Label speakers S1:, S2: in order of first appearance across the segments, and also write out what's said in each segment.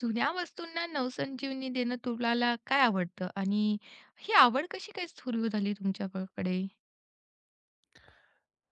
S1: जुन्या वस्तूंना नवसंजीवनी देणं तुम्हाला काय आवडतं आणि ही आवड कशी काय सुरू झाली तुमच्याकडे?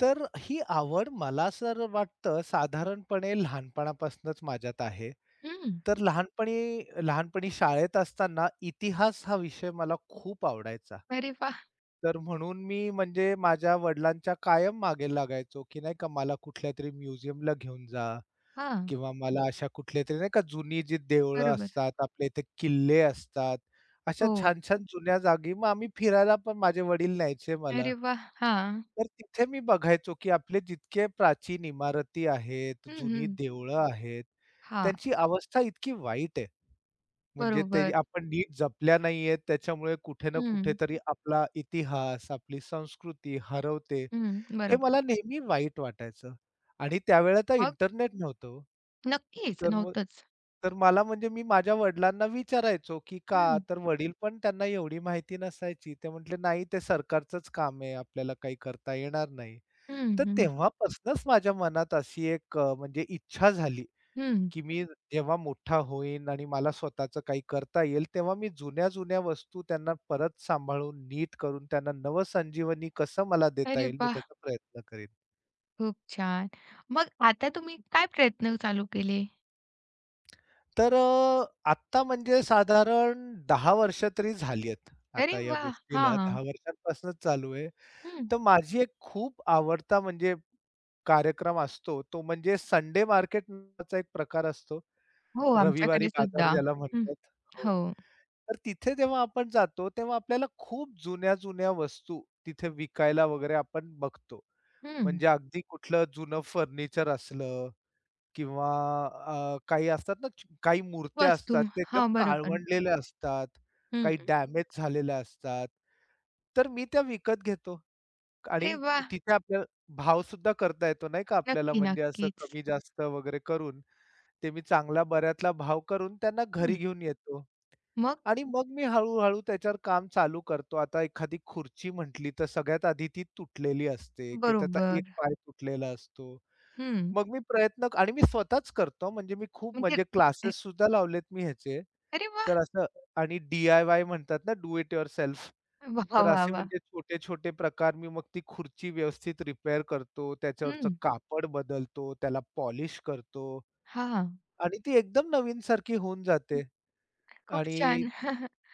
S2: तर ही आवड मला सर वाटतं साधारणपणे लहानपणापासूनच माझ्यात आहे.
S1: हं.
S2: तर लहानपणी लहानपणी शाळेत असताना इतिहास हा विषय मला खूप आवडायचा.
S1: अरे वाह!
S2: तर म्हणून मी म्हणजे माझ्या वडिलांच्या कायम मागे लागायचो, की नाही का मला कुठल्यातरी म्युझियमला घेऊन जा
S1: हां,
S2: किंवा मला अशा कुठल्यातरी नाही का जुनी जी देवळं
S1: बरोबर.
S2: असतात, आपल्या इथे किल्ले असतात, अशा
S1: हो.
S2: छान-छान जुन्या जागी मग आम्ही फिरायला पण माझे वडील न्यायचे मला.
S1: अरे वाह! हां.
S2: तर तिथे मी बघायचो, की आपले जितके प्राचीन इमारती आहेत,
S1: हं,
S2: जुनी
S1: हं.
S2: देवळं आहेत,
S1: हां,
S2: त्यांची अवस्था इतकी वाईट आहे. म्हणजे ते
S1: बरोबर.
S2: आपण नीट जपल्या नाहीयेत, त्याच्यामुळे कुठे ना
S1: हं,
S2: कुठेतरी आपला इतिहास, आपली संस्कृती हरवते.
S1: हं.
S2: हे
S1: बरोबर.
S2: मला नेहमी वाईट वाटायचं आणि त्यावेळेला तर
S1: मग?
S2: इंटरनेट नव्हतं हो.
S1: नक्कीच,
S2: तर मग
S1: नव्हतंच.
S2: तर मला म्हणजे मी माझ्या वडिलांना विचारायचो, की "का?"
S1: हं,
S2: तर वडील पण त्यांना एवढी माहिती नसायची. ते म्हटले, "नाही, ते सरकारचंच काम आहे. आपल्याला काही करता येणार नाही."
S1: हं,
S2: तर
S1: हं,
S2: तेव्हापासूनच माझ्या मनात अशी एक म्हणजे इच्छा झाली,
S1: हं.
S2: की मी जेव्हा मोठा होईन आणि मला स्वतःचं काही करता येईल, तेव्हा मी जुन्या-जुन्या वस्तू त्यांना परत सांभाळून, नीट करून त्यांना नवसंजीवनी कसं मला देता
S1: अरे
S2: येईल, मी
S1: वाह!
S2: त्याचा प्रयत्न करीन.
S1: खूप छान. मग आता तुम्ही काय प्रयत्न चालू केले?
S2: तर आत्ता म्हणजे साधारण 10 वर्ष तरी झाली आहेत. आता
S1: अरे
S2: या
S1: वाह!
S2: गोष्टीला
S1: हां,
S2: 10 वर्षांपासूनच चालू आहे.
S1: हं.
S2: तर माझी एक खूप आवडता म्हणजे कार्यक्रम असतो, तो म्हणजे संडे मार्केट नावाचा एक प्रकार असतो.
S1: हो,
S2: रविवारी
S1: आमच्याकडे
S2: बाजार
S1: सुद्धा.
S2: ज्याला
S1: हं.
S2: म्हणतात. हो.
S1: हो.
S2: तर तिथे जेव्हा आपण जातो, तेव्हा आपल्याला खूप जुन्या-जुन्या वस्तू तिथे विकायला वगैरे आपण बघतो.
S1: हं.
S2: म्हणजे अगदी कुठलं जुनं फर्निचर असलं किंवा काही असतात ना, काही मूर्त्या
S1: वस्तू.
S2: असतात, ते एकदम
S1: हां, बरोबर.
S2: काळवंडलेल्या असतात, काही
S1: हं.
S2: डॅमेज झालेल्या असतात. तर मी त्या विकत घेतो
S1: अरे
S2: आणि
S1: वाह!
S2: तिथे आपल्याला भाव सुद्धा करता येतो नाही का आपल्याला
S1: नक्की,
S2: म्हणजे असं
S1: नक्कीच.
S2: कमी-जास्त वगैरे करून. ते मी चांगला बऱ्यातला भाव करून त्यांना घरी
S1: हं.
S2: घेऊन येतो.
S1: मग?
S2: आणि मग मी हळू-हळू त्याच्यावर काम चालू करतो. आता एखादी खुर्ची म्हटली तर सगळ्यात आधी ती तुटलेली असते, की त्याचा एक
S1: बरोबर.
S2: पाय तुटलेला असतो.
S1: हं.
S2: मग मी प्रयत्न आणि मी स्वतःच करतो म्हणजे मी खूप
S1: म्हणजे
S2: म्हणजे
S1: अ
S2: क्लासेस सुद्धा लावलेत मी ह्याचे.
S1: अरे
S2: तर
S1: वाह!
S2: असं आणि डी-आय-वाय म्हणतात ना डू इट युअरसेल्फ.
S1: वाह,
S2: तर
S1: वाह,
S2: असे
S1: वाह!
S2: म्हणजे छोटे-छोटे प्रकार मी मग ती खुर्ची व्यवस्थित रिपेअर करतो, त्याच्यावरचं
S1: हं.
S2: कापड बदलतो, त्याला पॉलिश करतो.
S1: हां.
S2: आणि ती एकदम नवीन सारखी होऊन जाते
S1: खूप
S2: आणि
S1: छान.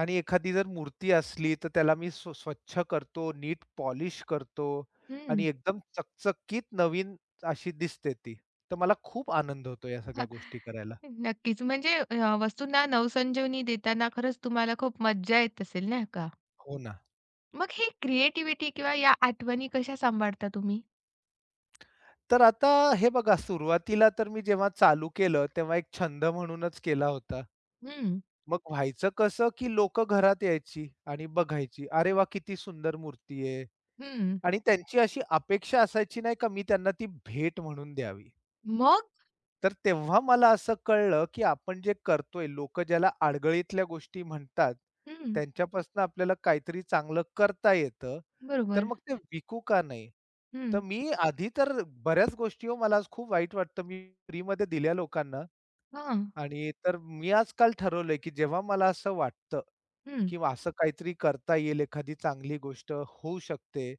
S2: आणि एखादी जर मूर्ती असली, तर त्याला मी स्वच्छ करतो, नीट पॉलिश करतो आणि
S1: हं.
S2: एकदम चकचकीत नवीन अशी दिसते ती. तर मला खूप आनंद होतो या सगळ्या
S1: हां,
S2: गोष्टी करायला.
S1: नक्कीच. वस्तूंना नवसंजीवनी देताना खरंच तुम्हाला खूप मज्जा येत असेल, नाही का?
S2: हो ना.
S1: मग ही क्रिएटिव्हिटी किंवा या आठवणी कशा सांभाळता तुम्ही?
S2: तर आता हे बघा सुरुवातीला तर मी जेव्हा चालू केलं, तेव्हा एक छंद म्हणूनच केला होता.
S1: हं,
S2: मग व्हायचं कसं, की लोकं घरात यायची आणि बघायची. "अरे वाह! किती सुंदर मूर्ती आहे."
S1: हं.
S2: आणि त्यांची अशी अपेक्षा असायची नाही का, मी त्यांना ती भेट म्हणून द्यावी.
S1: मग?
S2: तर तेव्हा मला असं कळलं, की आपण जे करतोय, लोकं ज्याला आडगळीतल्या गोष्टी म्हणतात,
S1: हं.
S2: त्यांच्यापासून आपल्याला काहीतरी चांगलं करता येतं. तर
S1: बरोबर.
S2: मग ते विकू का नाही?
S1: हं.
S2: तर मी आधी तर बऱ्याच गोष्टी हो मला आज खूप वाईट वाटतं. मी फ्रीमध्ये दिल्या लोकांना.
S1: हां.
S2: आणि तर मी आजकाल ठरवलंय, की जेव्हा मला असं वाटतं,
S1: हं.
S2: की असं काहीतरी करता येईल, एखादी चांगली गोष्ट होऊ शकते,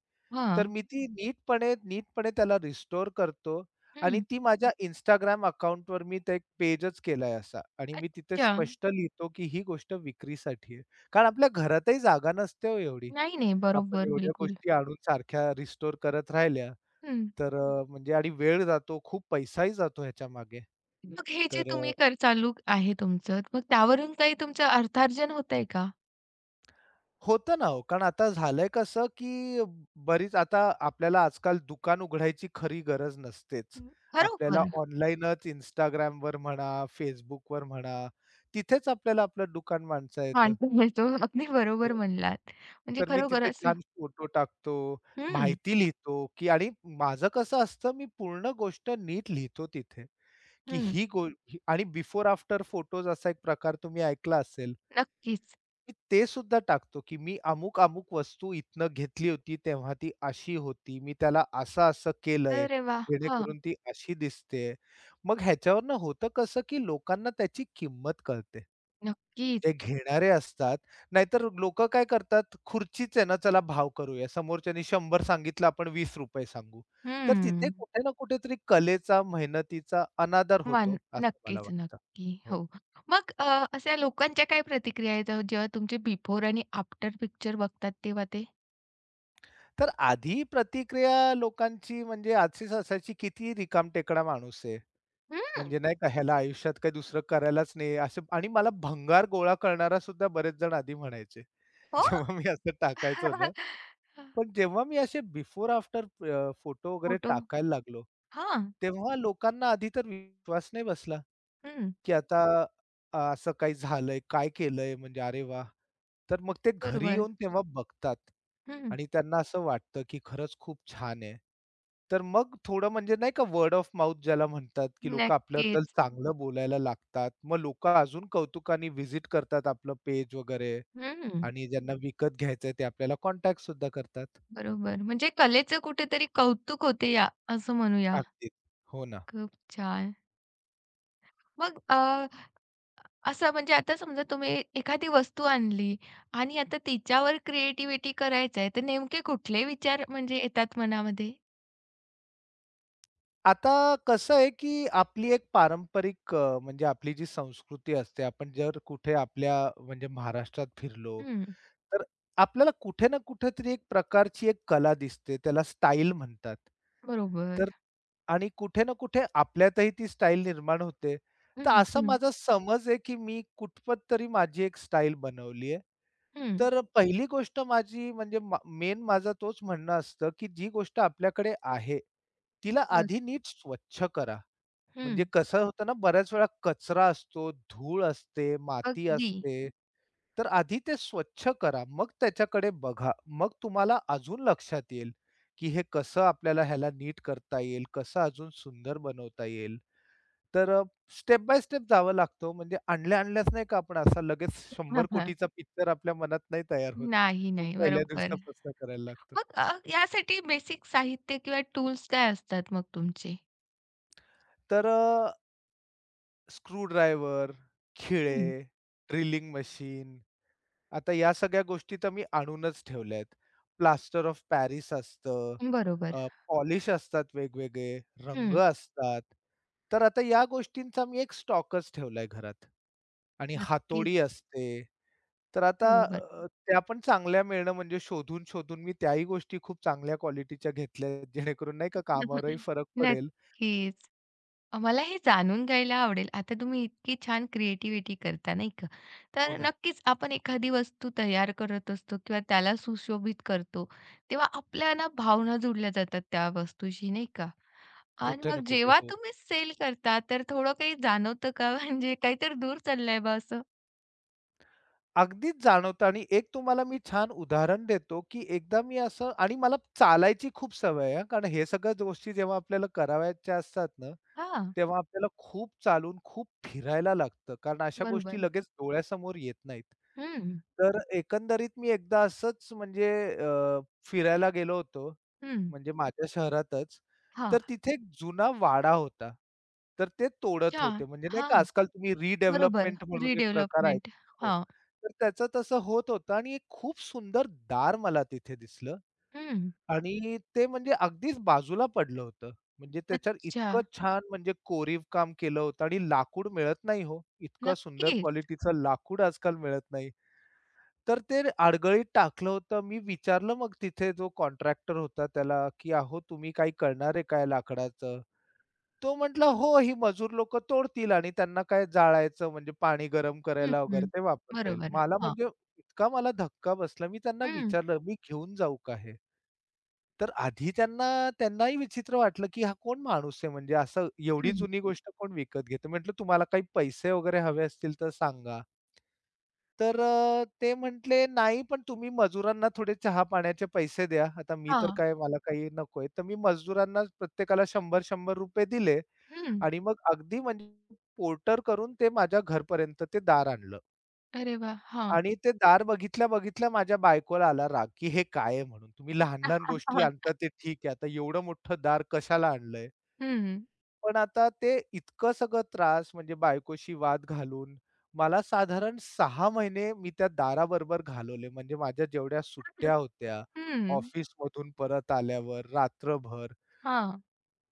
S2: तर
S1: हां.
S2: मी ती नीटपणे नीटपणे त्याला रिस्टोअर करतो आणि
S1: हं.
S2: ती माझ्या Instagram अकाउंटवर मी ते एक पेजच केलाय असा आणि मी तिथे
S1: अच्छा.
S2: स्पष्ट लिहितो, की ही गोष्ट विक्रीसाठी आहे. कारण आपल्या घरातही जागा नसते हो एवढी.
S1: नाही, नाही.
S2: आपण
S1: बरोबर,
S2: एवढ्या
S1: बिलकुल.
S2: गोष्टी आणून सारख्या रिस्टोअर करत राहिल्या,
S1: हं.
S2: तर म्हणजे आणि वेळ जातो, खूप पैसाही जातो ह्याच्यामागे.
S1: हं. मग हे जे
S2: तर
S1: तुम्ही कर चालू आहे तुमचं, मग त्यावरून काही तुमचं अर्थार्जन होतंय का?
S2: होतं ना हो. कारण आता झालंय कसं, की बरीच आता आपल्याला आजकाल दुकान उघडायची खरी गरज नसतेच.
S1: हं.
S2: आपल्याला
S1: खरोखर
S2: ऑनलाईनच Instagramवर म्हणा, Facebookवर म्हणा, तिथेच आपल्याला आपलं दुकान मांडता येतं.
S1: मानतो, मानतो. अगदी बरोबर
S2: हो.
S1: म्हणलात. म्हणजे
S2: तर मी
S1: खरोखर
S2: तिथे
S1: असं
S2: छान फोटो टाकतो,
S1: हं,
S2: माहिती लिहितो, की आणि माझं कसं असतं मी पूर्ण गोष्ट नीट लिहितो तिथे, की
S1: हं.
S2: आणि बिफोर आफ्टर फोटोज असा एक प्रकार तुम्ही ऐकला असेल.
S1: नक्कीच.
S2: मी ते सुद्धा टाकतो, की मी अमुक-अमुक वस्तू इथनं घेतली होती, तेव्हा ती अशी होती. मी त्याला असं-असं केलंय,
S1: अरे वाह! हां,
S2: जेणेकरून ती अशी दिसते. मग ह्याच्यावरनं होतं कसं, की लोकांना त्याची किंमत कळते.
S1: नक्कीच.
S2: जे घेणारे असतात, नाहीतर लोकं काय करतात, खुर्चीच आहे ना, चला भाव करूया. समोरच्यानी 100 सांगितलं, आपण ₹20 सांगू. तर तिथे
S1: हं.
S2: कुठे ना कुठेतरी कलेचा, मेहनतीचा अनादर होतो,
S1: मान
S2: असं मला
S1: नक्कीच,
S2: वाटतं.
S1: नक्की.
S2: हो.
S1: हो. अशा लोकांच्या काय प्रतिक्रिया आहेत जेव्हा तुमचे बिफोर आणि आफ्टर पिक्चर बघतात तेव्हा ते?
S2: तर आधी प्रतिक्रिया लोकांची म्हणजे आजचीच असायची, "किती रिकामटेकडा माणूस आहे."
S1: हं.
S2: म्हणजे नाही का, ह्याला आयुष्यात काही दुसरं करायलाच नाही असं आणि मला भंगार गोळा करणारा सुद्धा बरेच जण आधी म्हणायचे.
S1: हो.
S2: जेव्हा मी असं टाकायचो ना, पण जेव्हा मी असे बिफोर आफ्टर फोटो वगैरे
S1: फोटो
S2: टाकायला लागलो,
S1: हां.
S2: तेव्हा लोकांना आधी तर विश्वास नाही बसला.
S1: हं.
S2: की आता असं काही झालंय, काय केलंय म्हणजे अरे वाह! तर मग ते घरी
S1: बरोबर.
S2: येऊन तेव्हा बघतात
S1: हं.
S2: आणि त्यांना असं वाटतं, की खरंच खूप छान आहे. तर मग थोडं म्हणजे नाही का वर्ड ऑफ माउथ ज्याला म्हणतात, की लोकं आपल्याबद्दल
S1: नक्कीच.
S2: चांगलं बोलायला लागतात. मग लोकं अजून कौतुकाने व्हिजिट करतात आपलं पेज वगैरे
S1: हं.
S2: आणि ज्यांना विकत घ्यायचंय ते आपल्याला कॉन्टॅक्ट सुद्धा करतात.
S1: बरोबर. म्हणजे कलेचं कुठेतरी कौतुक होते या असं म्हणूया.
S2: अगदीच. हो ना.
S1: खूप छान. मग अ, असं म्हणजे आता समजा तुम्ही एखादी वस्तू आणली आणि आता तिच्यावर क्रिएटिव्हिटी करायचं आहे, तर नेमके कुठले विचार म्हणजे येतात मनामध्ये?
S2: आता कसं आहे, की आपली एक पारंपरिक म्हणजे आपली जी संस्कृती असते, आपण जर कुठे आपल्या म्हणजे महाराष्ट्रात फिरलो,
S1: हं.
S2: तर आपल्याला कुठे ना कुठेतरी एक प्रकारची एक कला दिसते. त्याला स्टाईल म्हणतात.
S1: बरोबर.
S2: तर आणि कुठे ना कुठे आपल्यातही ती स्टाईल निर्माण होते. तर
S1: हं,
S2: असा
S1: हं,
S2: माझा समज आहे, की मी कुठपत तरी माझी एक स्टाईल बनवली
S1: हं,
S2: तर पहिली गोष्ट माझी म्हणजे मेन माझं तोच म्हणणं असतं, की जी गोष्ट आपल्याकडे आहे, तिला
S1: बरं.
S2: आधी नीट स्वच्छ करा.
S1: हं.
S2: म्हणजे कसं होतं ना, बऱ्याच वेळा कचरा असतो, धूळ असते, माती
S1: अगदी.
S2: असते. तर आधी ते स्वच्छ करा. मग त्याच्याकडे बघा. मग तुम्हाला अजून लक्षात येईल, की हे कसं आपल्याला ह्याला नीट करता येईल, कसं अजून सुंदर बनवता येईल. तर स्टेप बाय स्टेप जावं लागतो म्हणजे आणल्या-आणल्याच नाही का आपण असा लगेच
S1: हां,
S2: 100
S1: हां.
S2: कोटीचा पिक्चर आपल्या मनात नाही तयार होत.
S1: नाही,
S2: तो
S1: नाही.
S2: पहिल्या
S1: बरोबर.
S2: दिवसापासून करायला लागतो.
S1: यासाठी बेसिक साहित्य किंवा टूल्स काय असतात मग तुमचे?
S2: तर स्क्रू ड्रायव्हर, खिळे, ड्रिलिंग मशीन आता या सगळ्या गोष्टी तर मी आणूनच ठेवल्या आहेत. प्लास्टर ऑफ पॅरिस असतं.
S1: बरोबर.
S2: पॉलिश असतात वेगवेगळे, रंग
S1: हं.
S2: असतात. तर आता या गोष्टींचा मी एक स्टॉकच ठेवलाय घरात आणि
S1: नक्कीच.
S2: हातोडी असते. तर आता
S1: बरोबर.
S2: त्या पण चांगल्या मिळणं म्हणजे शोधून-शोधून मी त्याही गोष्टी खूप चांगल्या क्वालिटीच्या घेतल्या आहेत, जेणेकरून नाही का कामावरही फरक पडेल.
S1: नक्कीच. मला हे जाणून घ्यायला आवडेल. आता तुम्ही इतकी छान क्रिएटिव्हिटी करता, नाही का?
S2: हो
S1: तर
S2: ना.
S1: नक्कीच आपण एखादी वस्तू तयार करत असतो किंवा त्याला सुशोभित करतो, तेव्हा आपल्या ना भावना जोडल्या जातात त्या वस्तूशी, नाही का? आणि
S2: कुठे
S1: मग
S2: ना कुठे.
S1: जेव्हा
S2: हो.
S1: तुम्ही सेल करता, तर थोडं काही जाणवतं का? म्हणजे काहीतरी दूर चाललंय बा असं?
S2: अगदीच जाणवतं आणि एक तुम्हाला मी छान उदाहरण देतो, की एकदा मी असं आणि मला चालायची खूप सवय आहे हां, कारण हे सगळ्या गोष्टी जेव्हा आपल्याला करावयाच्या असतात ना,
S1: हां.
S2: तेव्हा आपल्याला खूप चालून, खूप फिरायला लागतं, कारण अशा गोष्टी
S1: बरोबर.
S2: लगेच डोळ्यासमोर येत नाहीत.
S1: हं,
S2: तर एकंदरीत मी एकदा असंच म्हणजे अ, फिरायला गेलो होतो,
S1: हं.
S2: म्हणजे माझ्या शहरातच.
S1: हां.
S2: तर तिथे एक जुना वाडा होता. तर ते तोडत
S1: अच्छा.
S2: होते. म्हणजे नाही का आजकाल तुम्ही
S1: बरोबर.
S2: रिडेव्हलपमेंट म्हणून एक प्रकार आहे.
S1: रिडेव्हलपमेंट.
S2: हो.
S1: हां.
S2: तर त्याचं तसं होत होतं आणि एक खूप सुंदर दार मला तिथे दिसलं.
S1: हं.
S2: आणि ते म्हणजे अगदीच बाजूला पडलं होतं. म्हणजे त्याच्यावर
S1: अच्छा.
S2: इतकं छान म्हणजे कोरीव काम केलं होतं आणि लाकूड मिळत नाही हो. इतकं सुंदर
S1: नक्कीच.
S2: क्वालिटीचं लाकूड आजकाल मिळत नाही. तर ते अडगळीत टाकलं होतं. मी विचारलं मग तिथे जो कॉन्ट्रॅक्टर होता त्याला, की "अहो तुम्ही काही करणार आहे काय लाकडाचं?" तो म्हटला, "हो, ही मजूर लोकं तोडतील आणि त्यांना काय जाळायचं म्हणजे पाणी गरम
S1: हं,
S2: करायला वगैरे
S1: हं.
S2: ते वापरता येईल."
S1: बरोबर.
S2: मला
S1: हां.
S2: म्हणजे इतका मला धक्का बसला. मी त्यांना
S1: हं,
S2: विचारलं, "मी घेऊन जाऊ का हे?" तर आधी त्यांनाही विचित्र वाटलं, की हा कोण माणूस आहे म्हणजे असं एवढी
S1: हं.
S2: जुनी गोष्ट कोण विकत घेतं. म्हटलं, "तुम्हाला काही पैसे वगैरे हवे असतील तर सांगा." तर ते म्हटले, "नाही, पण तुम्ही मजुरांना थोडे चहा-पाण्याचे पैसे द्या." आता मी तर
S1: हां.
S2: काय मला काही नकोय. तर मी मजुरांना प्रत्येकाला ₹100-100 दिले.
S1: हं.
S2: आणि मग अगदी म्हणजे पोर्टर करून ते माझ्या घरपर्यंत ते दार आणलं.
S1: अरे वाह! हां.
S2: आणि ते दार बघितल्या, बघितल्या माझ्या बायकोला आला राग, की "हे काय आहे?" म्हणून. "तुम्ही लहान-लहान गोष्टी
S1: हां.
S2: आणता ते ठीक आहे. आता एवढं मोठं दार कशाला आणलंय?"
S1: हं.
S2: पण आता ते इतकं सगळं त्रास म्हणजे बायकोशी वाद घालून मला साधारण 6 महिने मी त्या दाराबरोबर घालवले. म्हणजे माझ्या जेवढ्या सुट्ट्या होत्या,
S1: हं.
S2: ऑफिसमधून परत आल्यावर रात्रभर
S1: हां.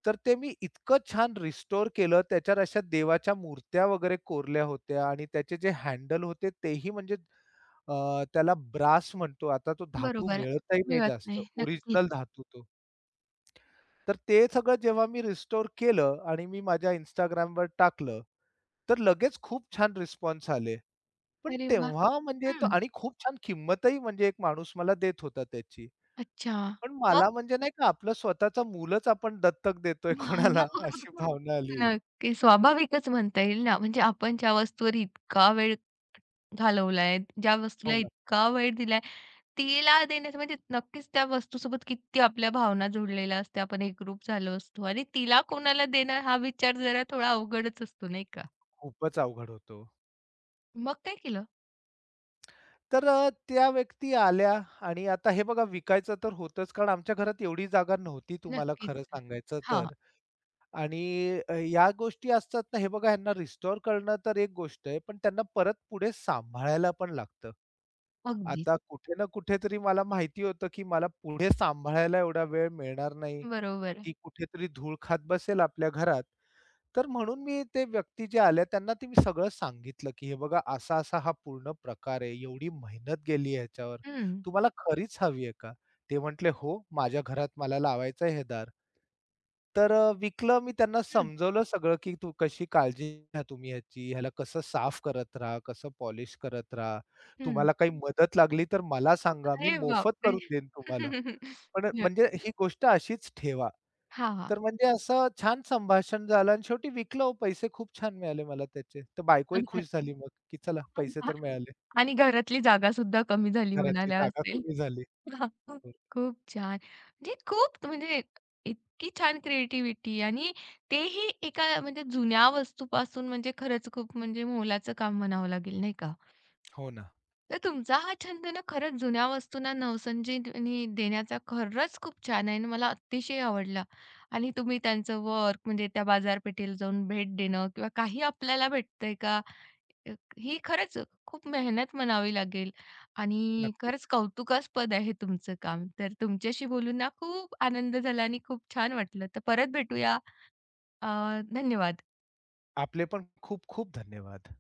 S2: तर ते मी इतकं छान रिस्टोअर केलं. त्याच्यात अशा देवाच्या मूर्त्या वगैरे कोरल्या होत्या आणि त्याचे जे हँडल होते तेही म्हणजे त्याला ब्रास म्हणतो. आता तो धातू
S1: बरोबर.
S2: मिळतही नाही
S1: मिळत
S2: जास्त.
S1: नाही. नक्कीच.
S2: ओरिजिनल धातू तो. तर ते सगळं जेव्हा मी रिस्टोअर केलं आणि मी माझ्या Instagramवर टाकलं, तर लगेच खूप छान रिस्पॉन्स आले. पण
S1: अरे वाह!
S2: तेव्हा म्हणजे तो
S1: हं.
S2: आणि खूप छान किंमतही म्हणजे एक माणूस मला देत होता त्याची.
S1: अच्छा.
S2: पण
S1: मग?
S2: मला म्हणजे नाही का आपलं स्वतःचं मूलच आपण दत्तक देतोय कोणाला अशी भावना आली.
S1: नक्की. स्वाभाविकच म्हणता येईल ना. म्हणजे आपण ज्या वस्तूवर इतका वेळ घालवलाय, ज्या
S2: हो
S1: वस्तूला
S2: ना.
S1: इतका वेळ दिलाय तिला देण्याचं म्हणजे नक्कीच त्या वस्तूसोबत किती आपल्या भावना जोडलेल्या असतात. आपण एकरूप झालो असतो आणि तिला कोणाला देणं हा विचार जरा थोडा अवघडच असतो, नाही का?
S2: खूपच अवघड होतो.
S1: मग काय केलं?
S2: तर त्या व्यक्ती आल्या आणि आता हे बघा विकायचं तर होतंच कारण आमच्या घरात एवढी जागा नव्हती तुम्हाला
S1: नक्कीच.
S2: खरं सांगायचं
S1: हां,
S2: तर. आणि या गोष्टी असतात ना, हे बघा ह्यांना रिस्टोअर करणं तर एक गोष्ट आहे, पण त्यांना परत पुढे सांभाळायला पण लागतं.
S1: अगदीच.
S2: आता कुठे ना कुठेतरी मला माहिती होतं, की मला पुढे सांभाळायला एवढा वेळ मिळणार नाही.
S1: बरोबर.
S2: ती कुठेतरी धूळ खात बसेल आपल्या घरात. तर म्हणून मी ते व्यक्ती जे आल्या त्यांना ते मी सगळं सांगितलं, की "हे बघा असा-असा हा पूर्ण प्रकार आहे. एवढी मेहनत गेली आहे ह्याच्यावर.
S1: हं,
S2: तुम्हाला खरीच हवी आहे का?" ते म्हटले, "हो, माझ्या घरात मला लावायचं आहे हे दार." तर विकलं. मी त्यांना
S1: हं,
S2: समजवलं सगळं, की "तू कशी काळजी घ्या तुम्ही ह्याची. ह्याला कसं साफ करत राहा, कसं पॉलिश करत राहा.
S1: हं.
S2: तुम्हाला काही मदत लागली तर मला सांगा. मी
S1: अरे
S2: मोफत
S1: बापरे!
S2: करून देईन तुम्हाला." पण म्हणजे ही गोष्ट अशीच ठेवा.
S1: हां, हां.
S2: तर म्हणजे असं छान संभाषण झालं आणि शेवटी विकलं हो पैसे खूप छान मिळाले मला त्याचे. तर बायकोही खुश झाली मग, की चला पैसे तर मिळाले.
S1: आणि घरातली जागासुद्धा कमी झाली
S2: घरातली
S1: म्हणायला
S2: जागा कमी झाली. हो
S1: खूप छान. म्हणजे खूप म्हणजे इतकी छान क्रिएटिव्हिटी आणि तेही एका म्हणजे जुन्या वस्तूपासून म्हणजे खरंच खूप म्हणजे मोलाचं काम म्हणावं लागेल नाही का?
S2: हो ना,
S1: तर तुमचा हा छंद ना खरंच जुन्या वस्तूंना नवसंजीवनी देण्याचा खरंच खूप छान आहे आणि मला अतिशय आवडला. आणि तुम्ही त्यांचं वर्क म्हणजे त्या बाजारपेठेला जाऊन भेट देणं किंवा काही आपल्याला भेटतंय का? अ, ही खरंच खूप मेहनत म्हणावी लागेल आणि खरंच
S2: नक्कीच.
S1: कौतुकास्पद आहे तुमचं काम. तर तुमच्याशी बोलून ना खूप आनंद झाला आणि खूप छान वाटलं. तर परत भेटूया. अ, धन्यवाद.
S2: आपले पण खूप खूप धन्यवाद.